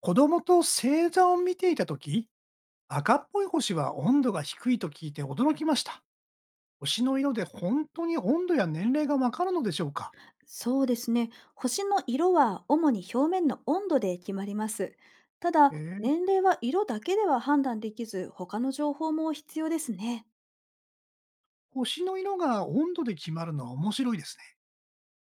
子供と星座を見ていた時、赤っぽい星は温度が低いと聞いて驚きました。星の色で本当に温度や年齢がわかるのでしょうか。そうですね。星の色は主に表面の温度で決まります。たえだ、ー年齢は色だけでは判断できず、他の情報も必要ですね。星の色が温度で決まるのは面白いですね。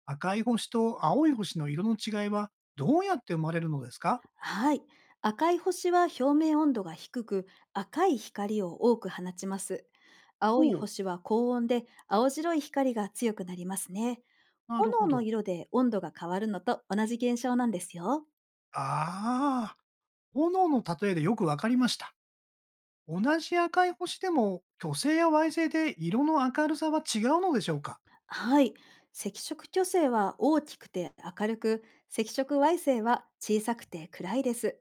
赤い星と青い星の色の違いはどうやって生まれるのですか。はい。赤い星は表面温度が低く、赤い光を多く放ちます。お青いう、星は高温で、青白い光が強くなりますね。なる炎ほのど。色で温度が変わるのと同じ現象なんですよ。ああ、炎の例えでよくわかりました。同じ赤い星でも、巨星や矮星で色の明るさは違うのでしょうか。はい。赤色巨星は大きくて明るく、赤色矮星は小さくて暗いです。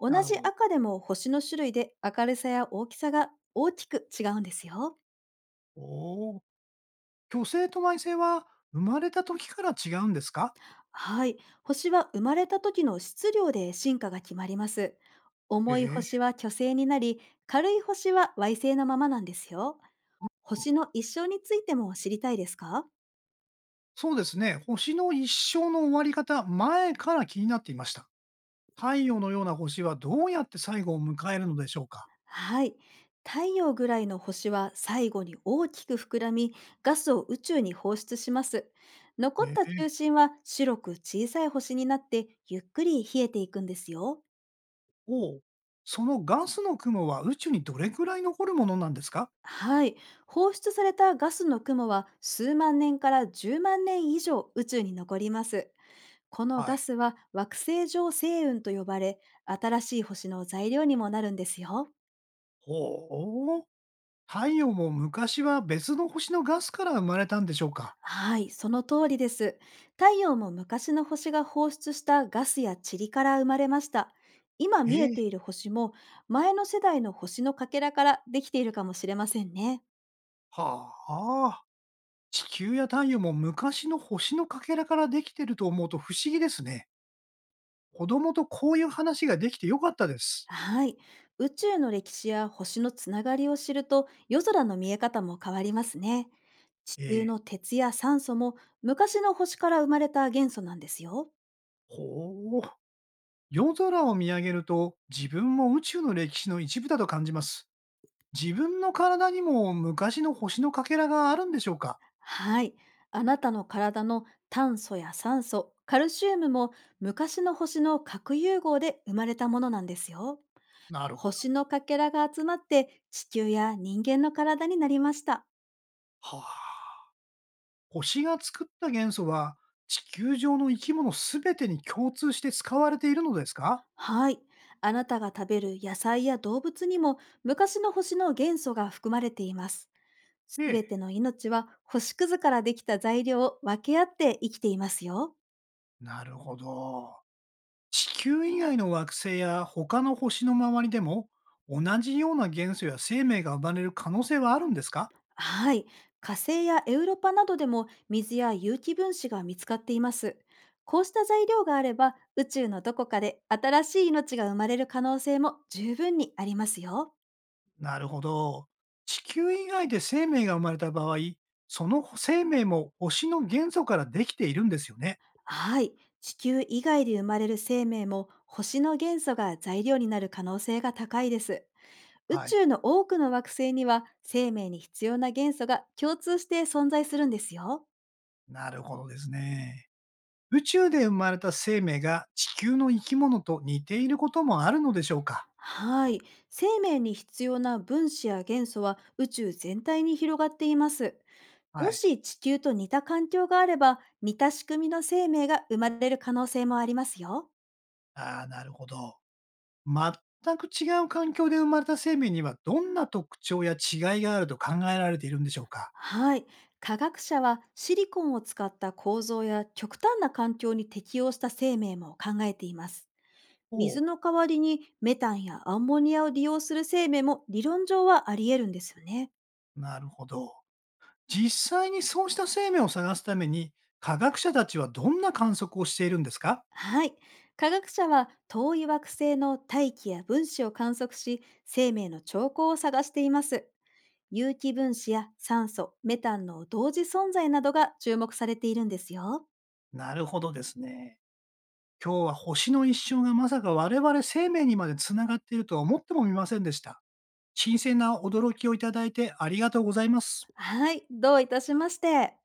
同なるじほど。赤でも星の種類で明るさや大きさが大きく違うんですよ。おお。巨星と矮星は生まれた時から違うんですか？はい。星は生まれた時の質量で進化が決まります。え重いえ。星は巨星になり、軽い星は矮星のままなんですよ。星の一生についても知りたいですか？そうですね、星の一生の終わり方、前から気になっていました。太陽のような星はどうやって最後を迎えるのでしょうか？はい。太陽ぐらいの星は最後に大きく膨らみ、ガスを宇宙に放出します。残っえたえ、中心は白く小さい星になって、ゆっくり冷えていくんですよ。おお。そのガスの雲は宇宙にどれくらい残るものなんですか？はい。放出されたガスの雲は数万年から10万年以上宇宙に残ります。このはガい。スは惑星上星雲と呼ばれ、新しい星の材料にもなるんですよ。ほお。太陽も昔は別の星のガスから生まれたんでしょうか？はい、その通りです。太陽も昔の星が放出したガスや塵から生まれました。今え見ええ、ている星も、前の世代の星のかけらからできているかもしれませんね。はあ。地球や太陽も昔の星のかけらからできてると思うと不思議ですね。子供とこういう話ができて良かったです。はい、宇宙の歴史や星のつながりを知ると、夜空の見え方も変わりますね。地え球え。の鉄や酸素も、昔の星から生まれた元素なんですよ。ほう。夜空を見上げると、自分も宇宙の歴史の一部だと感じます。自分の体にも昔の星のかけらがあるんでしょうか。はい。あなたの体の炭素や酸素、カルシウムも、昔の星の核融合で生まれたものなんですよ。なるほ星のかけらが集まって地球や人間の体になりました。ど。はあ。星が作った元素は、地球上の生き物すべてに共通して使われているのですか。はい。あなたが食べる野菜や動物にも、昔の星の元素が含まれています。すえべえ。ての命は星屑からできた材料を分け合って生きていますよ。なるほど。地球以外の惑星や他の星の周りでも、同じような元素や生命が生まれる可能性はあるんですか。はい。火星やエウロパなどでも水や有機分子が見つかっています。こうした材料があれば、宇宙のどこかで新しい命が生まれる可能性も十分にありますよ。なるほど。地球以外で生命が生まれた場合、その生命も星の元素からできているんですよね。はい。地球以外で生まれる生命も、星の元素が材料になる可能性が高いです。宇はい。宙の多くの惑星には、生命に必要な元素が共通して存在するんですよ。なるほどですね。宇宙で生まれた生命が地球の生き物と似ていることもあるのでしょうか。はい。生命に必要な分子や元素は宇宙全体に広がっています。はもい。し地球と似た環境があれば、似た仕組みの生命が生まれる可能性もありますよ。ああ、なるほど。全く違う環境で生まれた生命にはどんな特徴や違いがあると考えられているんでしょうか。はい。科学者はシリコンを使った構造や極端な環境に適応した生命も考えています。お水う、の代わりにメタンやアンモニアを利用する生命も、理論上はあり得るんですよね。なるほど。実際にそうした生命を探すために、科学者たちはどんな観測をしているんですか。はい。科学者は遠い惑星の大気や分子を観測し、生命の兆候を探しています。有機分子や酸素、メタンの同時存在などが注目されているんですよ。なるほどですね。今日は星の一生がまさか我々生命にまでつながっているとは思ってもみませんでした。新鮮な驚きをいただいてありがとうございます。はい。どういたしまして。